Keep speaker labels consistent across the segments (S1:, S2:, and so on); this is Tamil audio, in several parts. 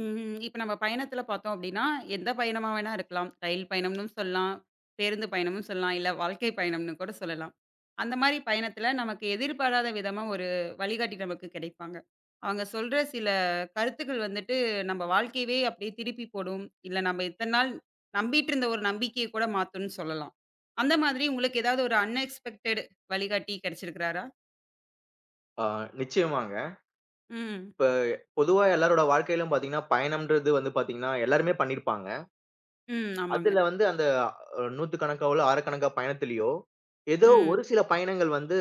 S1: ம்ஹ்ம். இப்ப நம்ம பயணத்துல பார்த்தோம் அப்டின்னா, எந்த பயணமா வேணா இருக்கலாம். ரயில் பயணம்னும் சொல்லலாம், பேருந்து பயணம்னு சொல்லலாம், இல்ல வாழ்க்கை பயணம்னு கூட சொல்லலாம். அந்த மாரி பயணத்துல நமக்கு எதிர்பாராத விதமா ஒரு வழிகாட்டி நமக்கு கிடைப்பாங்க. அவங்க சொல்ற சில கருத்துக்கள் வந்துட்டு நம்ம வாழ்க்கையவே அப்டியே திருப்பி போடும். இல்ல நம்ம இத்தன நாள் நம்பிட்டு இருந்த ஒரு நம்பிக்கைய கூட மாத்தும்னு சொல்லலாம். அந்த மாதிரி உங்களுக்கு ஏதாவது ஒரு அன்எக்ஸ்பெக்டட் வழிகாட்டி கிடைச்சிருக்கிறாரா?
S2: ஆ நிச்சயமாங்க.
S1: ம்.
S2: இப்ப பொதுவா எல்லாரோட வாழ்க்கையிலும் பார்த்தீங்கன்னா, பயணம்ன்றது வந்து பார்த்தீங்கன்னா, எல்லாருமே பண்ணியிருப்பாங்க.
S1: ம். ஆமாங்க.
S2: அதுல வந்து அந்த நூத்துக்கணக்காவோ, இல்ல ஆயிரக்கணக்கா பயணத்திலயோ, ஏதோ ஒரு
S1: ம்.
S2: சில பயணங்கள் வந்து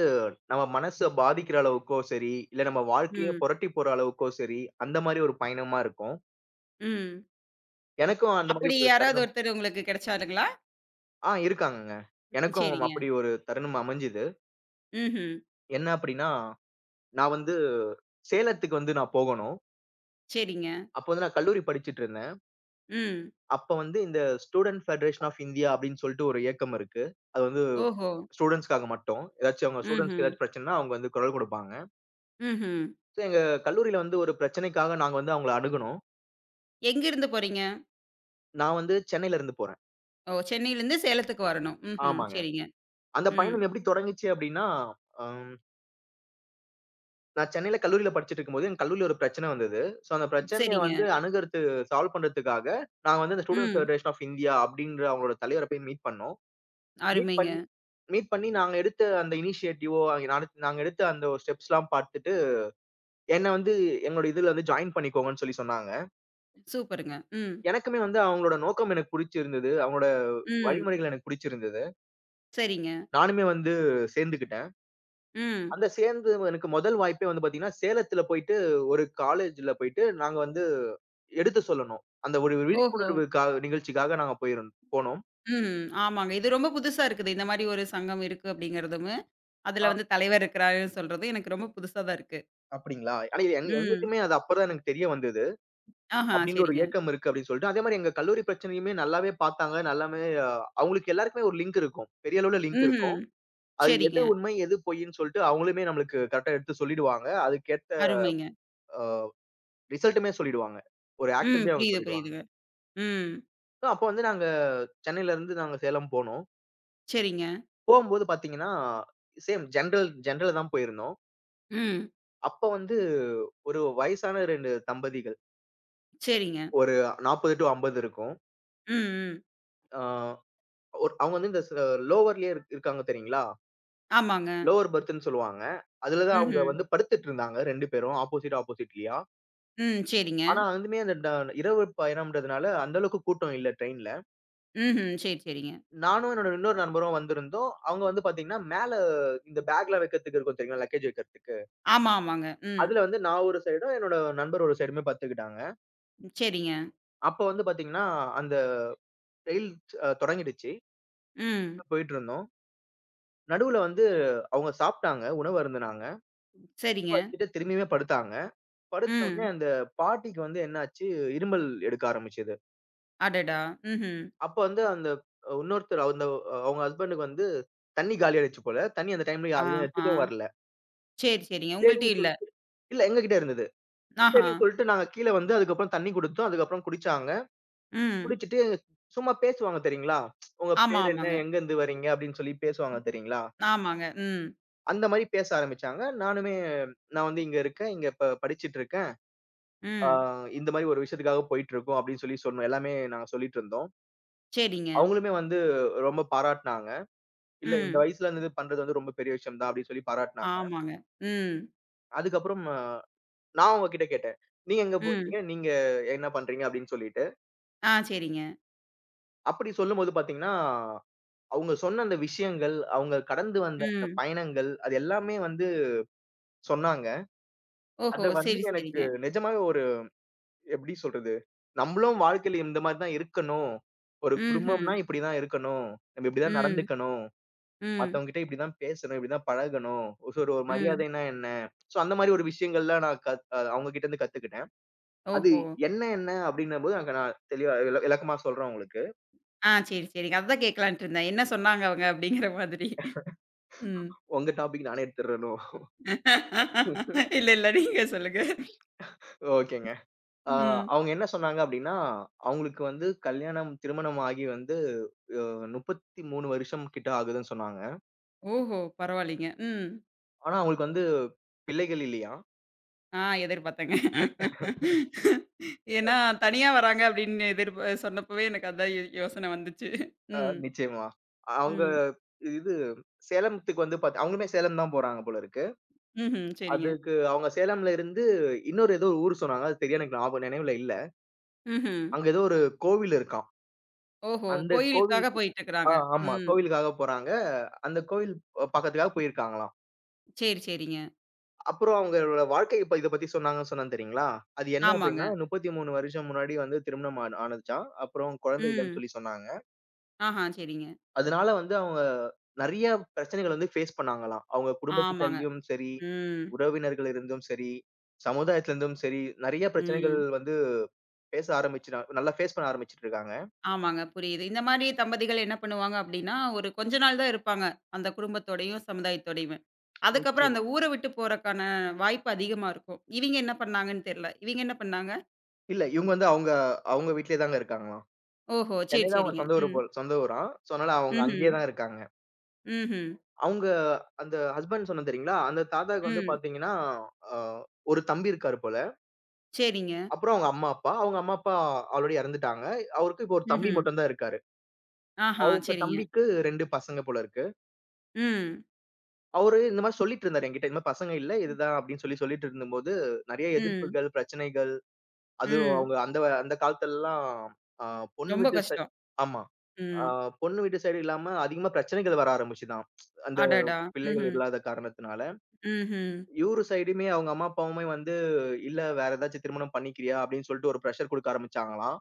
S2: நம்ம மனச பாதிக்கிற அளவுக்கோ சரி, இல்ல நம்ம வாழ்க்கைய
S1: ம்.
S2: புரட்டி போற அளவுக்கோ சரி, அந்த மாரி ஒரு பயணமா இருக்கும்.
S1: ம்.
S2: எனக்கும் அந்த மாரி
S1: அப்படி
S2: ஒரு
S1: யாராவது
S2: தருணம்
S1: ஒருத்தர் உங்களுக்கு கிடைச்சாருங்களா?
S2: இருக்காங்கங்க. எனக்கும்
S1: சரிங்க.
S2: அப்படி ஒரு தருணம் அமைஞ்சுது.
S1: ம்ஹ்ம்.
S2: என்ன அப்படின்னா, நான் வந்து சேலத்துக்கு வந்து நான் போகணும்.
S1: சரிங்க.
S2: அப்போ வந்து நான் கல்லூரி படிச்சுட்டு இருந்தேன்.
S1: ம்.
S2: அப்ப வந்து இந்த ஸ்டூடென்ட் ஃபெடரேஷன் ஆஃப் இந்தியா அப்படின்னு சொல்லிட்டு ஒரு இயக்கம் இருக்கு. அது வந்து
S1: ஓஹோ!
S2: ஸ்டூடெண்ட்ஸ்க்காக மட்டும். ஏதாச்சும் அவங்க ஸ்டூடெண்ட்ஸ்க்கு
S1: ம்ஹ்ம்.
S2: ஏதாச்சும் பிரச்சனைன்னா அவங்க வந்து குரல் குடுப்பாங்க.
S1: ம்ஹ்ம்.
S2: சோ எங்க கல்லூரியில வந்து ஒரு பிரச்சனைக்காக நாங்க வந்து அவங்கள அணுகுனோம்.
S1: எங்கிருந்து போறீங்க?
S2: நான் வந்து சென்னையில இருந்து போறேன்.
S1: ஓ! சென்னையிலருந்து சேலத்துக்கு வரணும். ம்ஹ்ம்.
S2: ஆமாங்க.
S1: சரிங்க.
S2: அந்த
S1: ம்.
S2: பயணம் எப்படி தொடங்குச்சு அப்படின்னா, அம் நான் சென்னையில கல்லூரியில படிச்சுட்டு இருக்கும்போது, எங்க கல்லூரியில ஒரு பிரச்சனை வந்தது. சோ அந்த பிரச்சனைய
S1: சரிங்க.
S2: வந்து அணுகுறது சால்வ் பண்றதுக்காக, நாங்க வந்து இந்த ஸ்டூடெண்ட்ஸ்
S1: ம்.
S2: ஃபெடரேஷன் ஆஃப் இந்தியா அப்படின்ற அவங்களோட தலைவர போய் மீட் பண்ணோம். மீட்
S1: அருமைங்க.
S2: பண்ணி மீட் பண்ணி நாங்க எடுத்த அந்த இனிஷியேட்டிவோ, அங்க நாங்க எடுத்த அந்த ஸ்டெப்ஸ்லாம் பார்த்துட்டு, என்ன வந்து எங்களோட இதுல வந்து ஜாயின் பண்ணிக்கோங்கன்னு சொல்லி சொன்னாங்க.
S1: சூப்பருங்க. ம்.
S2: எனக்குமே வந்து அவங்களோட நோக்கம் எனக்கு புடிச்சிருந்தது. அவங்களோட
S1: ம்.
S2: வழிமுறைகள் எனக்கு புடிச்சிருந்தது.
S1: சரிங்க.
S2: நானுமே வந்து சேர்ந்துக்கிட்டேன்.
S1: ம்.
S2: அந்த சேர்ந்து எனக்கு முதல் வாய்ப்பே வந்து பார்த்தீங்கன்னா, சேலத்துல போயிட்டு ஒரு காலேஜ்ல போயிட்டு நாங்க வந்து எடுத்து சொல்லணும். அந்த ஒரு
S1: ஓஹோ!
S2: விழிப்புணர்வுக்காக நிகழ்ச்சிக்காக நாங்க போனோம்.
S1: ம். ஆமாங்க. இது ரொம்ப புதுசா இருக்குது. இந்த மாரி ஒரு சங்கம் இருக்கு அப்படிங்கிறதும்,
S2: அ
S1: அதுல வந்து தலைவர் இருக்கிறாருன்னு சொல்றதும் எனக்கு ரொம்ப புதுசா தான் இருக்கு.
S2: அப்படிங்களா? ஆனா
S1: ம்.
S2: எங்களுக்குமே அது அப்பதான் எனக்கு தெரிய வந்தது.
S1: ஆஹா!
S2: அப்டின்ற ஒரு
S1: சரிங்க.
S2: ஏக்கம் இருக்கு அப்டின்னு சொல்லிட்டு, அதே மாரி எங்க கல்லூரி பிரச்சனையுமே நல்லாவே பார்த்தாங்க. நல்லாமே அவங்களுக்கு எல்லாருக்குமே ஒரு லிங்க் இருக்கும். பெரிய அளவுல லிங்க் இருக்கும்.
S1: ம்ஹ்ம்.
S2: அது
S1: சரிங்க.
S2: எது உண்மை, எது பொய்ன்னு சொல்ட்டு அவங்களுமே நம்மளுக்கு கரெக்ட்டா எடுத்து சொல்லிடுவாங்க. அதுக்கேத்த
S1: அருமைங்க.
S2: அ ரிசல்ட்டுமே சொல்லிடுவாங்க. ஒரு
S1: ம்.
S2: ஆக்ஷனுமே அவங்க
S1: புரியுது,
S2: சொல்லிடுவாங்க.
S1: புரியுதுங்க. ம்.
S2: சோ அப்போ வந்து நாங்க சென்னையிலருந்து நாங்க சேலம் போனோம்.
S1: சரிங்க.
S2: போம்போது பார்த்தீங்கன்னா, சேம் ஜென்ரல்ல தான் போயிருந்தோம்.
S1: ம்.
S2: அப்ப வந்து ஒரு வயசான 2 தம்பதிகள்.
S1: சரிங்க.
S2: ஒரு 40 டூ 50 இருக்கும்.
S1: ம், ம்.
S2: ஆ ஒரு அவங்க வந்து இந்த லோவர்லயே இருக்காங்க தெரியுங்களா?
S1: ஆமாங்க.
S2: லோவர் பெர்த்துன்னு சொல்லுவாங்க. அதுல தான் அவங்க
S1: ம்ஹ்ம்.
S2: வந்து படுத்துட்டு இருந்தாங்க 2 பேரும் ஆப்போசிட்லயா.
S1: ம். சரிங்க.
S2: ஆனா அதுமே அந்த இரவு பயணம்ன்றதுனால அந்த அளவுக்கு கூட்டம் இல்ல ட்ரெயின்ல.
S1: ம்ஹ்ம். சரி, சரிங்க.
S2: நானும் என்னோட இன்னொரு நண்பரும் வந்திருந்தோம். அவங்க வந்து பாத்தீங்கன்னா, மேல இந்த பேக்லாம் வைக்கிறதுக்கு இருக்கும் தெரியுங்களா? லக்கேஜ் வைக்கிறதுக்கு.
S1: ஆமா, ஆமாங்க. ம்.
S2: அதுல வந்து நான் ஒரு சைடும், என்னோட நண்பர் ஒரு சைடுமே படுத்துக்கிட்டாங்க.
S1: சரிங்க.
S2: அப்ப வந்து பாத்தீங்கன்னா, அந்த ரயில் தொடங்கிடுச்சு.
S1: ம்.
S2: போயிட்டுருந்தோம். நடுவுல வந்து அவங்க சாப்ட்டாங்க, உணவு அருந்துனாங்க.
S1: சரிங்க.
S2: திரும்பியுமே படுத்தாங்க. படுத்த உடனே
S1: ம்.
S2: அந்த பாட்டிக்கு வந்து என்னாச்சு, இருமல் எடுக்க ஆரம்பிச்சது.
S1: அடடா! ம்ஹ்ம்.
S2: அப்ப வந்து அந்த இன்னொருத்தர் அந்த அவங்க ஹஸ்பண்டுக்கு வந்து தண்ணி காலியாயிடுச்சு போல. தண்ணி அந்த டைம்ல யாரும்
S1: ஆஹா!
S2: எடுத்துட்டும் வரல.
S1: சரி, சரிங்க.
S2: சரின்னு
S1: உங்கள்ட்டயும் இல்ல.
S2: சொல்லிட்டு இல்ல எங்ககிட்ட இருந்தது.
S1: ஆஹா!
S2: சரின்னு சொல்லிட்டு நாங்க கீழ வந்து அதுக்கப்புறம் தண்ணி குடுத்தோம். அதுக்கப்புறம் குடிச்சாங்க.
S1: ம்.
S2: குடிச்சிட்டு சும்மா பேசுவாங்க தெரியுங்களா? "உங்க
S1: ஆமா,
S2: பேர் என்ன?
S1: ஆமாங்க.
S2: எங்கருந்து வரீங்க?" அப்படின்னு சொல்லி பேசுவாங்க தெரியுங்களா?
S1: ஆமாங்க. ம்.
S2: அந்த மாரி பேச ஆரம்பிச்சாங்க. நானுமே "நான் வந்து இங்க இருக்கேன். இங்க படிச்சுட்டு இருக்கேன். ஆ
S1: ம்.
S2: இந்த மாரி ஒரு விஷயத்துக்காக போயிட்டு இருக்கோம்" அப்படின்னு சொல்லி சொன்னோம். எல்லாமே நாங்க சொல்லிட்டு இருந்தோம்.
S1: சரிங்க.
S2: அவங்களுமே வந்து ரொம்ப பாராட்டுனாங்க. இல்ல இந்த
S1: ம்.
S2: வயசுல வந்து இது பண்றது வந்து ரொம்ப பெரிய விஷயம் தான் அப்படின்னு சொல்லி பாராட்டுனாங்க.
S1: ஆமாங்க. ம்.
S2: அதுக்கப்புறம் நான் அவங்ககிட்ட கேட்டேன். நீங்க எங்க
S1: ம்.
S2: போறீங்க? நீங்க என்ன பண்றீங்க? அப்படின்னு சொல்லிட்டு.
S1: ஆ சரிங்க.
S2: அப்படி சொல்லும்போது பார்த்தீங்கன்னா, அவங்க சொன்ன அந்த விஷயங்கள், அவங்க கடந்து வந்த அந்த
S1: ம்.
S2: பயணங்கள், அது எல்லாமே வந்து சொன்னாங்க.
S1: ஓஹோ!
S2: அத வந்து
S1: சரி, சரிங்க.
S2: எனக்கு நிஜமாவே ஒரு எப்படி சொல்றது? நம்மளும் வாழ்க்கையில இந்த மாரி தான் இருக்கணும். ஒரு
S1: ம்ஹ்ம்.
S2: குடும்பம்னா இப்படிதான் இருக்கணும். நம்ம இப்படிதான்
S1: ம்.
S2: நடந்துக்கணும்.
S1: ம்.
S2: மத்தவங்ககிட்ட இப்படிதான் பேசணும், இப்படிதான் பழகணும். சோ ஒரு
S1: ம்.
S2: மரியாதைன்னா என்ன? சோ அந்த மாரி ஒரு விஷயங்கள்லாம் நான் கத் அ அவங்க கிட்ட இருந்து கத்துக்கிட்டேன். அது
S1: ஓஹோ!
S2: என்ன என்ன அப்படின்னும் போது அங்க நான் தெளிவா விளக்கமா சொல்றேன் உங்களுக்கு.
S1: ஆ சரி, சரிங்க. அதுதான் கேட்கலான்ட்டு இருந்தேன். என்ன சொன்னாங்க அவங்க அப்படிங்கிற மாதிரி. ம்.
S2: உங்க டாபிக் நானே எடுத்துறேனோ?
S1: இல்ல, இல்ல. நீங்க சொல்லுங்க.
S2: ஓகேங்க. ஆ
S1: ம்.
S2: அவங்க என்ன சொன்னாங்க அப்படின்னா, அவங்களுக்கு வந்து கல்யாணம் திருமணம் ஆகி வந்து அ 33 வருஷம் கிட்ட ஆகுதுன்னு சொன்னாங்க.
S1: ஓஹோ! பரவாயில்லைங்க. ம்.
S2: ஆனா அவங்களுக்கு வந்து பிள்ளைகள் இல்லையாம்.
S1: ஆ எதிர்பார்த்தேங்க. ஏன்னா தனியா வராங்க அப்படின்னு எதிர்ப சொன்னப்பவே எனக்கு அதான் யோசனை வந்துச்சு.
S2: அ
S1: ம்,
S2: நிச்சயமா. அவங்க
S1: ம்.
S2: இது சேலத்துக்கு வந்து அவங்களுமே சேலம் தான் போறாங்க போல இருக்கு.
S1: ம்ஹ்ம். சரிங்க.
S2: அதுக்கு அவங்க சேலம்ல இருந்து இன்னொரு ஏதோ ஒரு ஊர் சொன்னாங்க. அது சரியா எனக்கு ஞாபகம் நினைவுல இல்ல.
S1: ம்ஹ்ம்.
S2: அங்க ஏதோ ஒரு கோவில் இருக்காம்.
S1: ஓஹோ!
S2: அந்த
S1: கோயிலுக்காக
S2: கோவிலுக்கு
S1: போயிட்டுருக்குறாங்க.
S2: ஆமா.
S1: ம்.
S2: கோவிலுக்காக போறாங்க. அந்த கோவில் பாக்கறதுக்காக போயிருக்காங்களாம்.
S1: சரி, சரிங்க.
S2: அப்புறம் அவங்களோட வாழ்க்கை இப்ப இத பத்தி சொன்னாங்கன்னு சொன்னேன் தெரியுங்களா? அது என்ன
S1: ஆமாங்க.
S2: அப்படின்னா 33 வருஷம் முன்னாடி வந்து திருமணம் ஆனதுச்சாம். அப்புறம் குழந்தை இல்லன்னு
S1: ம்.
S2: சொல்லி சொன்னாங்க.
S1: ஆஹா சரிங்க.
S2: அதனால வந்து அவங்க நெறைய பிரச்சனைகள வந்து ஃபேஸ் பண்ணாங்களாம். அவங்க குடும்பத்து
S1: ஆமாங்க.
S2: சைட்லயும் சரி,
S1: ம்,
S2: உறவினர்கள் இருந்தும் சரி, சமுதாயத்துல இருந்தும் சரி, நெறைய பிரச்சனைகள்
S1: ம்.
S2: வந்து பேச ஆரம்பிச்சுட்டா நல்லா ஃபேஸ் பண்ண ஆரம்பிச்சுட்டு இருக்காங்க.
S1: ஆமாங்க. புரியுது. இந்த மாரி தம்பதிகள் என்ன பண்ணுவாங்க அப்டின்னா, ஒரு கொஞ்ச நாள் தான் இருப்பாங்க. அந்த குடும்பத்தோடையும், சமுதாயத்தோடையுமே. அதுக்கப்புறம் அந்த
S2: நிச்சயமா.
S1: ஊர விட்டு போறக்கான வாய்ப்பு அதிகமா இருக்கும். இவிங்க என்ன பண்ணாங்கன்னு தெர்ல. இவிங்க என்ன பண்ணாங்க?
S2: இல்ல இவங்க வந்து அவங்க அவங்க வீட்லயே தாங்க இருக்காங்களாம்.
S1: ஓஹோ!
S2: சென்னை
S1: சரி,
S2: தான் அவங்க
S1: சரிங்க.
S2: சொந்த ஊரு
S1: ம்.
S2: போல் சொந்த ஊராம். சோ அதனால அவங்க
S1: ம்ஹ்ம்.
S2: அங்கேயே தான் இருக்காங்க.
S1: ம்ஹ்ம்.
S2: அவங்க அந்த ஹஸ்பண்ட் சொன்னேன் தெரியுங்களா? அந்த தாத்தாக்கு வந்து
S1: ம்.
S2: பார்த்தீங்கன்னா, அ ஒரு தம்பி இருக்காரு போல.
S1: சரிங்க.
S2: அப்புறம் அவங்க அம்மா, அப்பா. ஆல்ரெடி இறந்துட்டாங்க. அவருக்கு இப்போ ஒரு தம்பி
S1: ம்ஹ்ம்.
S2: மட்டும் தான் இருக்காரு.
S1: ஆஹா!
S2: அவங்க
S1: சரிங்க.
S2: தம்பிக்கு 2 பசங்க போல இருக்கு.
S1: ம்.
S2: அவரு இந்த மாரி சொல்லிட்டு இருந்தாரு என்கிட்ட. இந்த மாரி பசங்க இல்ல, இதுதான் அப்படின்னு சொல்லி சொல்லிட்டு இருந்தபோது, நெறைய
S1: ம்.
S2: எதிர்ப்புகள், பிரச்சனைகள், அதுவும்
S1: ம்.
S2: அவங்க அந்த காலத்துலலாம் அ பொண்ணு
S1: ரொம்ப
S2: வீட்டு சைட்
S1: கஷ்டம்.
S2: ஆமா. அ
S1: ம்.
S2: பொண்ணு வீட்டு சைடு இல்லாம அதிகமா பிரச்சனைகள் வர ஆரம்பிச்சுதாம். அந்த
S1: அடடா!
S2: பிள்ளைகள்
S1: ம்ஹ்ம்.
S2: இல்லாத காரணத்தினால.
S1: ம்ஹ்ம்.
S2: இவரு சைடுமே அவங்க அம்மா, அப்பாவுமே வந்து, "இல்ல வேற ஏதாச்சும் திருமணம் பண்ணிக்கிறியா?" அப்படின்னு சொல்லிட்டு ஒரு பிரஷர் குடுக்க ஆரம்பிச்சாங்களாம்.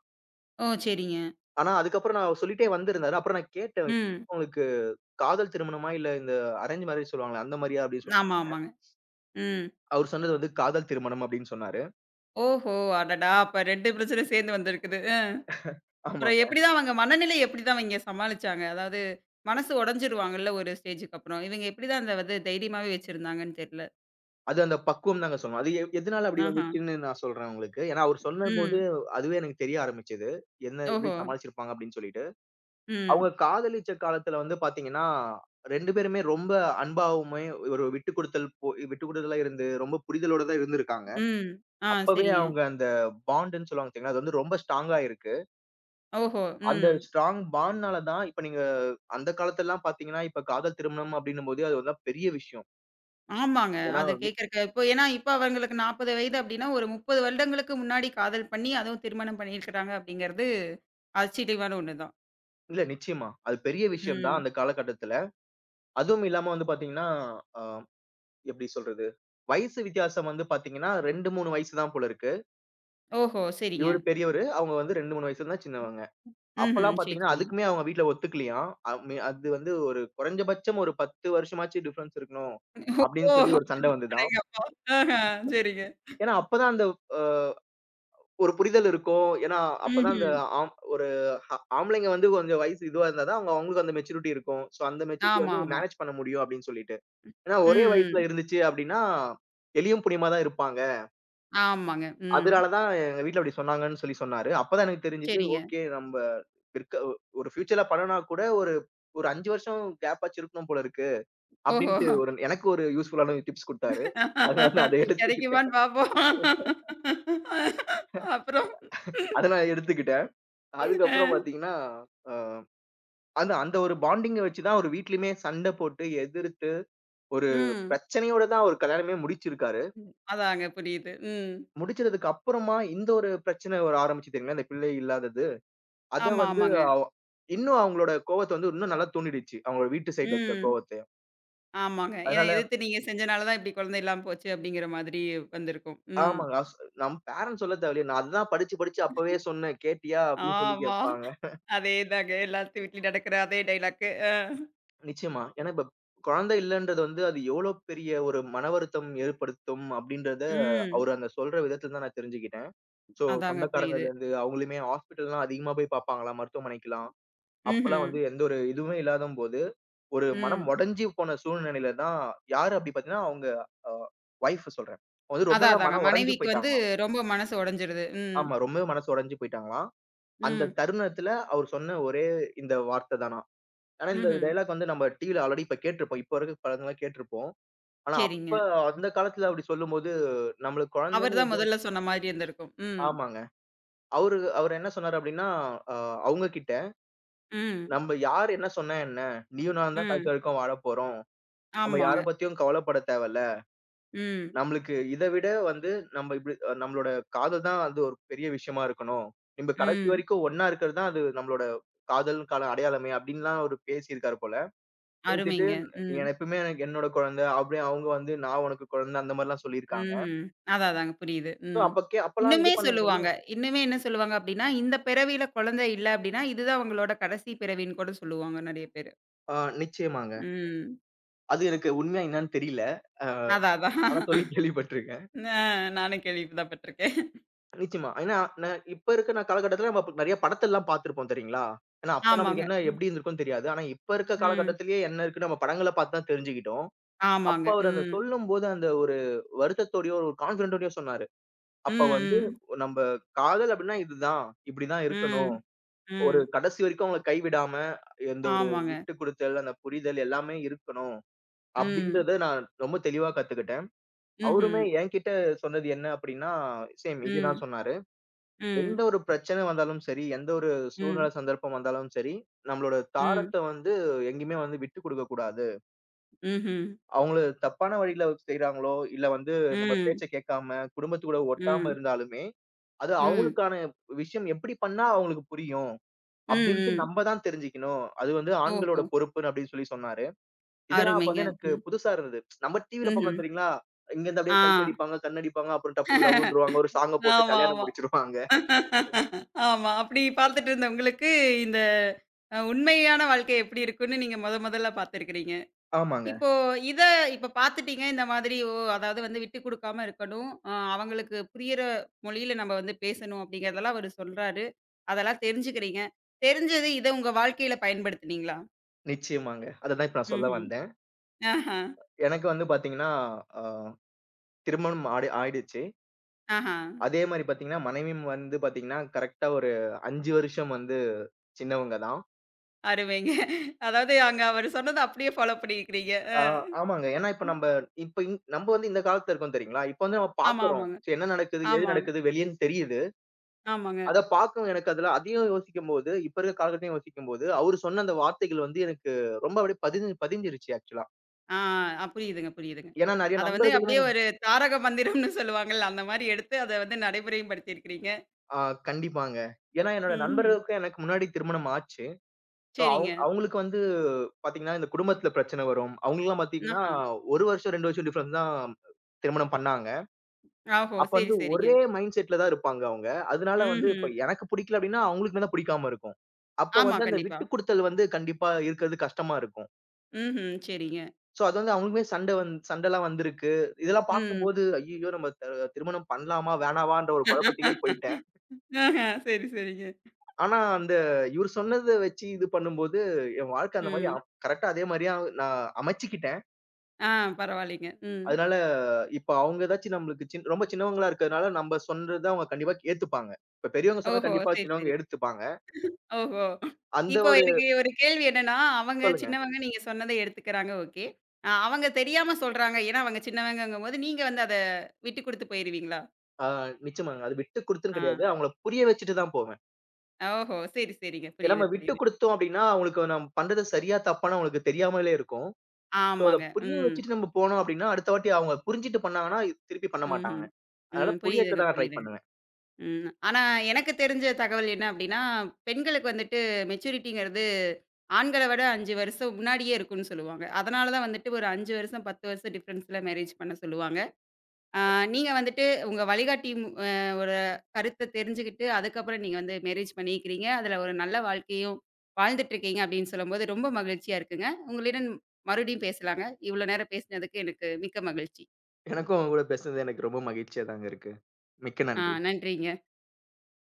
S1: ஓ! சரிங்க.
S2: ஆனா அதுக்கப்புறம் நான் சொல்லிட்டே வந்திருந்தாரு. அப்புறம் நான் கேட்டேன்,
S1: ம்.
S2: "உங்களுக்கு காதல் திருமணமா? இல்ல இந்த அரேஞ்ச் மேரேஜ் சொல்லுவாங்களே அந்த மாரியா?" அப்படின்னு சொல்லி
S1: ஆமா,
S2: கேட்டேன்.
S1: ஆமாங்க. ம்.
S2: அவரு சொன்னது வந்து காதல் திருமணம் அப்படின்னு சொன்னாரு.
S1: ஓஹோ! அடடா! அப்ப 2 பிரச்சனை சேர்ந்து வந்திருக்குது. அப்புறம்
S2: ஆமாங்க.
S1: எப்படிதான் அவங்க மனநிலை எப்படிதான் இவங்க சமாளிச்சாங்க? அதாவது மனசு உடைஞ்சுருவாங்கல்ல ஒரு ஸ்டேஜ்க்கு அப்புறம். இவங்க எப்படிதான் அந்த வந்து தைரியமாவே வச்சிருந்தாங்கன்னு தெரியல.
S2: அது அந்த பக்குவம் தாங்க சொல்லணும். அது எதனால அப்படி
S1: ஆஹா.
S2: வந்துச்சுன்னு நான் சொல்றேன் உங்களுக்கு. ஏன்னா அவரு சொன்னபோது
S1: ம்.
S2: அதுவே எனக்கு தெரிய ஆரம்பிச்சது. என்ன எப்படி
S1: ஓஹோ!
S2: சமாளிச்சிருப்பாங்க அப்படின்னு சொல்லிட்டு.
S1: ம்.
S2: அவங்க காதலிச்ச காலத்துல வந்து பார்த்தீங்கன்னா, 2 பேருமே ரொம்ப அன்பாவுமே ஒரு விட்டுக் குடுத்தல் போ விட்டுக் குடுதலா இருந்து ரொம்ப புரிதலோட தான் இருந்திருக்காங்க.
S1: ம். ஆ
S2: அப்பவே
S1: சரிங்க.
S2: அவங்க அந்த பாண்டுன்னு சொல்லுவாங்க பார்த்தீங்களா, அது வந்து ரொம்ப ஸ்ட்ராங்கா இருக்கு.
S1: ஓஹோ!
S2: அந்த
S1: ம்.
S2: ஸ்ட்ராங் பாண்ட்னால தான் இப்ப நீங்க அந்த காலத்துலலாம் பார்த்தீங்கன்னா, இப்ப காதல் திருமணம் அப்டின்னும்போது அது வந்து பெரிய விஷயம்.
S1: ஆமாங்க.
S2: ஏன்னா
S1: அது
S2: வி
S1: கேட்கறக்கு இப்போ ஏன்னா இப்ப அவங்களுக்கு 40 வயது அப்படின்னா, ஒரு 30 வருடங்களுக்கு முன்னாடி காதல் பண்ணி, அதுவும் திருமணம் பண்ணியிருக்கிறாங்க அப்படிங்கிறது ஆச்சரியமான ஒண்ணுதான்.
S2: இல்ல நிச்சயமா. அது பெரிய விஷயம் தான்
S1: ம்.
S2: அந்த காலகட்டத்துல. அதுவும் இல்லாம வந்து பார்த்தீங்கன்னா, அ எப்டி சொல்றது? வயசு வித்தியாசம் வந்து பார்த்தீங்கன்னா, 2, 3 வயசு தான் போல இருக்கு.
S1: ஓஹோ! சரிங்க.
S2: இவரு பெரியவரு, அவங்க வந்து 2, 3 வயசு தான் சின்னவங்க.
S1: ம்ஹ்ம்.
S2: அப்பலாம்
S1: சரி,
S2: பார்த்தீங்கன்னா,
S1: சரி.
S2: அதுக்குமே அவங்க வீட்ல ஒத்துக்கலயாம். அ மே அது வந்து ஒரு குறைஞ்சபட்சம் ஒரு 10 வருஷமாச்சும் டிஃபரன்ஸ் இருக்கணும்.
S1: ஓ!
S2: அப்டின்னு சொல்லி ஒரு சண்ட வந்துதாம்.
S1: அடேங்கப்பா! ஆஹ. சரிங்க.
S2: ஏன்னா அப்பதான் அந்த ஒரு புரிதல் இருக்கும். ஏன்னா, அப்பதான் அந்த
S1: ம்ஹ்ம்.
S2: ஆம் ஒரு ஆ ஆம்பளைங்க வந்து கொஞ்சம் வயசு இதுவா இருந்தா தான், அவங்களுக்கு அந்த மெச்சூரிட்டி இருக்கும். சோ, அந்த மெச்சூரிட்டிய
S1: ஆமா,
S2: வந்து
S1: ஆமா.
S2: மேனேஜ் பண்ண முடியும் அப்படின்னு சொல்லிட்டு. ஏன்னா,
S1: ம்,
S2: ஒரே வயசுல
S1: ம்.
S2: இருந்துச்சு அப்படின்னா, எலியும் புலியுமா தான் இருப்பாங்க.
S1: ஆமாங்க. ம்.
S2: அதனால தான் எங்க வீட்ல அப்படி சொன்னாங்கன்னு சொல்லி சொன்னாரு. அப்பதான் எனக்கு தெரிஞ்சது,
S1: சரிங்க.
S2: ஓகே நம்ம பிற்க ஒ ஒரு ஃபியூச்சர்ல பண்ணுனா கூட ஒரு ஒரு 5 வருஷம் கேப் ஆச்சு இருக்கணும் போல இருக்கு.
S1: ஓஹோ!
S2: அப்படின்ட்டு எனக்கு ஒரு யூஸ்ஃபுல்லான டிப்ஸ் குடுத்தாரு. அதனால நான் அத எடுத்துக்கிட்டேன்.
S1: கிடைக்குமான்னு பார்ப்போம். அப்புறம்
S2: அத நான் எடுத்துக்கிட்டேன்.
S1: அ.
S2: அதுக்கப்புறம் பார்த்தீங்கன்னா, அ அது அந்த ஒரு பாண்டிங்க வச்சு தான் அவரு வீட்லயுமே சண்டை போட்டு, எதிர்த்து, ஒரு
S1: ம்.
S2: பிரச்சனையோட தான் அவரு கல்யாணமே முடிச்சிருக்காரு.
S1: அதாங்க புரியுது. ம்.
S2: முடிச்சதுக்கு அப்புறமா இந்த ஒரு பிரச்சனை ஒரு ஆரம்பிச்சுது தெரியுங்களா? இந்த பிள்ளை இல்லாதது. அத
S1: ஆமா,
S2: வந்து
S1: ஆமாங்க.
S2: அவ் இன்னும் அவங்களோட கோவத்த வந்து இன்னும் நல்லா தூண்டிடுச்சு. அவங்க வீட்டு சைடுல இருக்க
S1: ம்.
S2: கோவத்தையும்.
S1: ஆமாங்க. ஏன்னா
S2: அதனால
S1: எதிர்த்து நீங்க செஞ்சனால தான் இப்படி குழந்தை இல்லாம போச்சு அப்படிங்கிற மாதிரி வந்திருக்கும். ம்.
S2: ஆமாங்க. நம் பேரன்ட்ஸ் சொல்ல தேவையில்ல. நான் அதுதான் படிச்சு, படிச்சு அப்பவே சொன்னேன். கேட்டியா? அப்படின்னு சொல்லி
S1: ஆமா.
S2: கேட்பாங்க.
S1: அதேதாங்க. எல்லாத்து வீட்லயும் நடக்கிற அதே டயலாக்கு. அ.
S2: நிச்சயமா. ஏன்னா இப்ப குழந்தை இல்லன்றது வந்து அது எவ்வளோ பெரிய ஒரு மன வருத்தம் ஏற்படுத்தும் அப்படின்றத
S1: ம்.
S2: அவரு அந்த சொல்ற விதத்துல தான் நான் தெரிஞ்சுக்கிட்டேன். சோ,
S1: அதாங்க புரியுது.
S2: சொந்தக்காரங்கள்லேருந்து அவங்களுமே ஹாஸ்பிட்டல்லாம் அதிகமா போய் பார்ப்பாங்களாம், மருத்துவமனைக்குலாம். அப்பல்லாம்
S1: ம்ஹ்ம்.
S2: வந்து எந்த ஒரு இதுவுமே இல்லாதம்போது, ஒரு மனம்
S1: ம்.
S2: உடைஞ்சு போன சூழ்நிலையில தான் யாரு அப்டி பார்த்தீங்கன்னா, அவங்க அ ஒய்ஃப் சொல்றேன். அவங்க வந்து
S1: அதான்
S2: ரொம்பவே
S1: அதாங்க.
S2: மனம் உடைஞ்சு
S1: மனைவிக்கு வந்து
S2: போயிட்டாங்களாம்.
S1: ரொம்ப மனசு உடைஞ்சிருது. ம்.
S2: ஆமா, ரொம்பவே மனசு உடைஞ்சு போயிட்டாங்களாம். அந்த
S1: ம்.
S2: தருணத்துல அவர் சொன்ன ஒரே இந்த வார்த்த தானாம். ஆனா, இந்த
S1: ம்ஹ்ம்.
S2: டயலாக் வந்து நம்ம டிவில ஆல்ரெடி இப்ப கேட்டுருப்போம். இப்ப இருக்க படங்கள்லாம் கேட்டுருப்போம். ஆனா, அப்ப
S1: சரிங்க.
S2: அந்த காலத்துல அப்டி சொல்லும்போது, நம்மளுக்கு
S1: அவர்
S2: குழந்தைன்னு
S1: தான் முதல்ல சொன்ன மாதிரி இருந்திருக்கும். ம்.
S2: ஆமாங்க. அவர் என்ன சொன்னாரு அப்டின்னா, அ அவங்க கிட்ட
S1: ம்.
S2: நம்ப யார் என்ன சொன்னா என்ன? நீயும் நானும் தான்
S1: ம்.
S2: கடைசி வரைக்கும் வாழப்போறோம். நம்ம
S1: ஆமாங்க.
S2: யார பத்தியும் கவலைப்பட தேவையில்ல.
S1: ம்.
S2: நம்மளுக்கு இத விட வந்து நம்ம இப்படி நம்மளோட காதல் தான் அது ஒரு பெரிய விஷயமா இருக்கணும். நம்ம கடைசி
S1: ம்.
S2: வரைக்கும் ஒண்ணா இருக்கிறது தான் அது நம்மளோட காதலுக்கான அடையாளமே அப்படின்லாம் அவரு பேசியிருக்காரு போல. பேசிட்டு
S1: அருமைங்க.
S2: நீ
S1: ம்.
S2: எப்பவுமே எனக்கு என்னோட குழந்தை அப்படியே அவங்க வந்து நான் உனக்கு குழந்தை அந்த மாரிலாம் சொல்லியிருக்காங்க.
S1: ம்ஹ்ம். அதான் அதாங்க புரியுது.
S2: ஸோ
S1: ம்.
S2: அப்ப அப்பலாம் இது
S1: இன்னுமே
S2: பண்ணும்போது
S1: சொல்லுவாங்க. இன்னுமே என்ன சொல்லுவாங்க அப்டின்னா, இந்த பிறவியில குழந்தை இல்ல அப்டின்னா, இதுதான் உங்களோட கடைசி பிறவின்னு கூட சொல்லுவாங்க நெறைய பேரு.
S2: ஆ நிச்சயமாங்க.
S1: ம்.
S2: அது எனக்கு உண்மையா என்னன்னு தெரியல. அ
S1: அதான் அதான்.
S2: ஆனா சொல்லி கேள்விப்பட்டுருக்கேன்.
S1: அ நானும் கேள்விப்ப தான் பட்டுருக்கேன்.
S2: நிச்சயமா. ஏன்னா, ந இப்ப இருக்கிற காலகட்டத்துல நம்ம அப்ப நெறைய படத்தெல்லாம் பார்த்திருப்போம் தெரியுங்களா? ஏன்னா, அப்ப
S1: ஆமாங்க.
S2: நம்மளுக்கு என்ன
S1: ம்.
S2: எப்படி இருந்திருக்கும்னு தெரியாது. ஆனா, இப்ப இருக்க
S1: ம்.
S2: காலகட்டத்திலேயே என்ன இருக்குன்னு நம்ம படங்கள பார்த்து தான் தெரிஞ்சுக்கிட்டோம். அப்ப
S1: ஆமாங்க.
S2: அவரு அந்த
S1: ம்.
S2: சொல்லும்போது அந்த ஒரு வருத்தத்தோடயோ, ஒரு கான்ஃபிடென்ட்டோடயோ சொன்னாரு.
S1: ம்.
S2: அப்ப வந்து
S1: ம்.
S2: நம்ப காதல் அப்படின்னா இதுதான். இப்படிதான்
S1: ம்.
S2: இருக்கணும். ஒரு
S1: ம்.
S2: கடைசி வரைக்கும் அவங்கள கைவிடாம, எந்த ஒரு
S1: ஆமாங்க.
S2: விட்டு குடுத்தல், அந்த புரிதல் எல்லாமே இருக்கணும்.
S1: ம்.
S2: அப்படின்றத நான் ரொம்ப தெளிவா கத்துக்கிட்டேன்.
S1: ம்ஹ்ம்.
S2: அவருமே என்கிட்ட சொன்னது என்ன அப்படின்னா, சேம் இதேதான்
S1: ம்.
S2: சொன்னாரு.
S1: ம்,
S2: எந்த ஒரு பிரச்சனை வந்தாலும் சரி, எந்த ஒரு
S1: ம்,
S2: சூழ்நிலை, சந்தர்ப்பம் வந்தாலும் சரி, நம்மளோட
S1: ம்,
S2: தாரத்த வந்து எங்கேயுமே வந்து விட்டுக் குடுக்கக் கூடாது.
S1: ம்ஹ்ம்.
S2: அவங்கள தப்பான வழியில செய்றாங்களோ, இல்ல வந்து நம்ம
S1: ம்,
S2: பேச்ச கேட்காம, குடும்பத்து கூட ஒட்டாம
S1: ம்,
S2: இருந்தாலுமே, அது
S1: ம்,
S2: அவங்களுக்கான விஷயம் எப்படி பண்ணா அவங்களுக்கு புரியும்,
S1: ம்,
S2: அப்படின்ட்டு
S1: ம்.
S2: நம்ம தான் தெரிஞ்சுக்கணும். அது வந்து
S1: ஓஹோ!
S2: ஆண்களோட பொறுப்புன்னு அப்படின்னு சொல்லி சொன்னாரு. இதெல்லாம் அப்ப
S1: அருமைங்க.
S2: வந்து எனக்கு
S1: ம்,
S2: புதுசா இருந்தது. நம்ம டிவில
S1: ம்ஹ்ம்.
S2: பார்க்குறோம் தெரியுங்களா? இங்கருந்து
S1: ஆ.
S2: அப்படியே சைட் அடிப்பாங்க, கண்ணடிப்பாங்க, அப்புறம் டப்புன்னு லவ்ன்றுவாங்க. ஒரு சாங்க போட்டு
S1: ஆமா,
S2: கல்யாணம்
S1: ஆமா.
S2: முடிச்சிருவாங்க.
S1: ஆமா. அப்படி பார்த்துட்டு இருந்த உங்களுக்கு, இந்த அ உண்மையான வாழ்க்கை எப்படி இருக்குன்னு நீங்க மொதல்ல பார்த்துருக்கிறீங்க.
S2: ஆமாங்க.
S1: இப்போ இத இப்ப பார்த்துட்டீங்க இந்த மாதிரி ஓ! அதாவது வந்து விட்டு குடுக்காம இருக்கணும். அ அவங்களுக்கு புரியிற மொழியில நம்ம வந்து பேசணும் அப்படிங்கிறதெல்லாம் அவரு சொல்றாரு. அதெல்லாம் தெரிஞ்சுக்கிறீங்க. தெரிஞ்சது இத உங்க வாழ்க்கையில பயன்படுத்துனீங்களா?
S2: நிச்சயமாங்க. அததான் இப்ப நான் சொல்ல
S1: ம்ஹ்ம்.
S2: வந்தேன்.
S1: ஆஹா,
S2: எனக்கு வந்து பாத்தீங்கன்னா, அ திருமணம் ஆயிடுச்சு.
S1: ஆஹா.
S2: அதே மாரி பாத்தீங்கன்னா, மனைவியும் வந்து பாத்தீங்கன்னா, கரெக்ட்டா ஒரு 5 வருஷம் வந்து சின்னவங்க தான்.
S1: அருமைங்க. அதாவது அங்க அவரு சொன்னத அப்படியே ஃபாலோ பண்ணியிருக்கிறீங்க. அ.
S2: ஆ ஆமாங்க. ஏன்னா இப்ப நம்ப இப்ப இந் நம்ப வந்து இந்த காலத்துல இருக்கோம் தெரியுங்களா? இப்ப வந்து நம்ம
S1: ஆமா,
S2: பாக்குறோம்.
S1: ஆமாங்க.
S2: சரி என்ன நடக்குது? ஏது
S1: ஆமாங்க,
S2: நடக்குது? வெளியேன்னு தெரியுது.
S1: ஆமாங்க.
S2: அத பாக்கவும் எனக்கு அதுல அதையும் யோசிக்கும்போது, இப்ப இருக்க காலகட்டத்தையும் யோசிக்கும்போது, அவரு சொன்ன அந்த வார்த்தைகள் வந்து எனக்கு ரொம்ப அப்படியே பதிஞ்சிருச்சு ஆக்சுவலா.
S1: ஆ அ புரியுதுங்க, புரியுதுங்க.
S2: ஏன்னா நெறைய
S1: அத வந்து
S2: நண்பர்களுமே
S1: அப்படியே ஒரு தாரக மந்திரம்னு சொல்லுவாங்கல்ல, அந்த மாரி எடுத்து அத வந்து நடைமுறையும் படுத்தியிருக்கிறீங்க.
S2: ஆ கண்டிப்பாங்க. ஏன்னா என்னோட
S1: ம்ஹ்ம்.
S2: நண்பர்களுக்கும் எனக்கு முன்னாடி திருமணம் ஆச்சு. சோ,
S1: சரிங்க.
S2: அவங்களுக்கு வந்து பாத்தீங்கன்னா, இந்த குடும்பத்துல பிரச்சனை வரும். அவங்களுக்கெல்லாம் பாத்தீங்கன்னா,
S1: ஆஹா.
S2: 1 வருஷம், 2 வருஷம் டிஃபரன்ஸ் தான் திருமணம் பண்ணாங்க.
S1: ஓஹோ!
S2: அப்ப
S1: சரி,
S2: வந்து
S1: சரிங்க.
S2: ஒரே மைண்ட் செட்ல தான் இருப்பாங்க அவங்க. அதனால வந்து
S1: ம்ஹ்ம்.
S2: இப்ப எனக்கு புடிக்கல அப்டின்னா, அவங்களுக்கு தான் புடிக்காம இருக்கும். அப்ப
S1: ஆமா,
S2: வந்து அந்த
S1: கண்டிப்பா.
S2: விட்டுக் குடுத்தல் வந்து கண்டிப்பா இருக்கிறது கஷ்டமா இருக்கும்.
S1: ம்ஹ்ம். சரிங்க.
S2: சோ, அது வந்து அவங்களுக்குமே சண்டை சண்டைலாம் வந்திருக்கு. இதெல்லாம்
S1: ம்.
S2: பாக்கும்போது, ஐய்யயோ! நம்ம திருமணம் பண்ணலாமா? வேணாமான்ற ஒரு குழப்பத்திலேயே போயிட்டேன்.
S1: ஆஹா. சரி, சரிங்க.
S2: ஆனா, அந்த இவரு சொன்னத வச்சு இது பண்ணும்போது, என் வாழ்க்கை அந்த மாரி
S1: ம்.
S2: கரெக்ட்டா அதே மாரியா நான் அமைச்சுக்கிட்டேன்.
S1: ஆ பரவாயில்லைங்க. ம்.
S2: அதனால இப்ப அவங்க ஏதாச்சும் நம்மளுக்கு ரொம்ப சின்னவங்களா இருக்கிறதுனால நம்ம சொல்றத அவங்க கண்டிப்பா ஏத்துப்பாங்க. இப்ப பெரியவங்க சொன்னா
S1: ஓஹோ!
S2: கண்டிப்பா
S1: சரி,
S2: சின்னவங்க
S1: சரி.
S2: எடுத்துப்பாங்க.
S1: ஓஹோ!
S2: அந்த
S1: இப்போ
S2: ஒரு
S1: எனக்கு ஒரு கேள்வி என்னன்னா, அவங்க
S2: சொல்லுங்க.
S1: சின்னவங்க நீங்க சொன்னத எடுத்துக்கிறாங்க ஓகே. அ அவங்க தெரியாம சொல்றாங்க. ஏன்னா அவங்க சின்னவங்கங்கும்போது, நீங்க வந்து அத விட்டு குடுத்து போயிருவீங்களா?
S2: ஆ நிச்சயமாங்க. அது விட்டு குடுத்துன்னு
S1: ஆ.
S2: கிடையாது. அவங்கள புரிய வச்சுட்டு தான் போவேன்.
S1: ஓஹோ! சரி, சரிங்க.
S2: ஏன்னா
S1: புரியுது,
S2: நம்ம விட்டு
S1: புரியுது.
S2: குடுத்தோம் அப்படின்னா, அவங்களுக்கு நம்ம பண்றது சரியா, தப்பான்னு அவங்களுக்கு தெரியாமலே இருக்கும். சோ அத
S1: ஆமாங்க.
S2: புரிய
S1: ம்.
S2: வச்சுட்டு நம்ம போனோம் அப்படின்னா, அடுத்த வாட்டி அவங்க புரிஞ்சுட்டு பண்ணாங்கன்னா, திருப்பி பண்ண மாட்டாங்க.
S1: ம்ஹ்ம்.
S2: அதனால
S1: ம்.
S2: புரிய வைக்க
S1: புரியுதுங்க,
S2: தான் நான் ட்ரை
S1: புரியுதுங்க.
S2: பண்ணுவேன்.
S1: ம். ஆனா எனக்கு தெரிஞ்ச தகவல் என்ன அப்டின்னா, பெண்களுக்கு வந்துட்டு மெச்சூரிட்டிங்கிறது ஆண்கள விட 5 வருஷம் முன்னாடியே இருக்குன்னு சொல்லுவாங்க. அதனால தான் வந்துட்டு ஒரு 5 வருஷம், 10 வருஷம் டிஃபரன்ஸ்ல மேரேஜ் பண்ண சொல்லுவாங்க. ஆ, நீங்க வந்துட்டு உங்க வழிகாட்டி ம் அ ஒரு கருத்த தெரிஞ்சுகிட்டு, அதுக்கப்புறம் நீங்க வந்து மேரேஜ் பண்ணியிருக்கிறீங்க. அதுல ஒரு நல்ல வாழ்க்கையும் வாழ்ந்துட்டுருக்கீங்க அப்படின்னு சொல்லும்போது, ரொம்ப மகிழ்ச்சியா இருக்குங்க. உங்களிடம் மறுபடியும் பேசலாங்க. இவ்வளோ நேரம் பேசினதுக்கு எனக்கு மிக்க மகிழ்ச்சி.
S2: எனக்கும் உங்க கூட பேசுனது எனக்கு ரொம்ப மகிழ்ச்சியா தாங்க இருக்கு. மிக்க
S1: ஆ
S2: நன்றி.
S1: நன்றிங்க.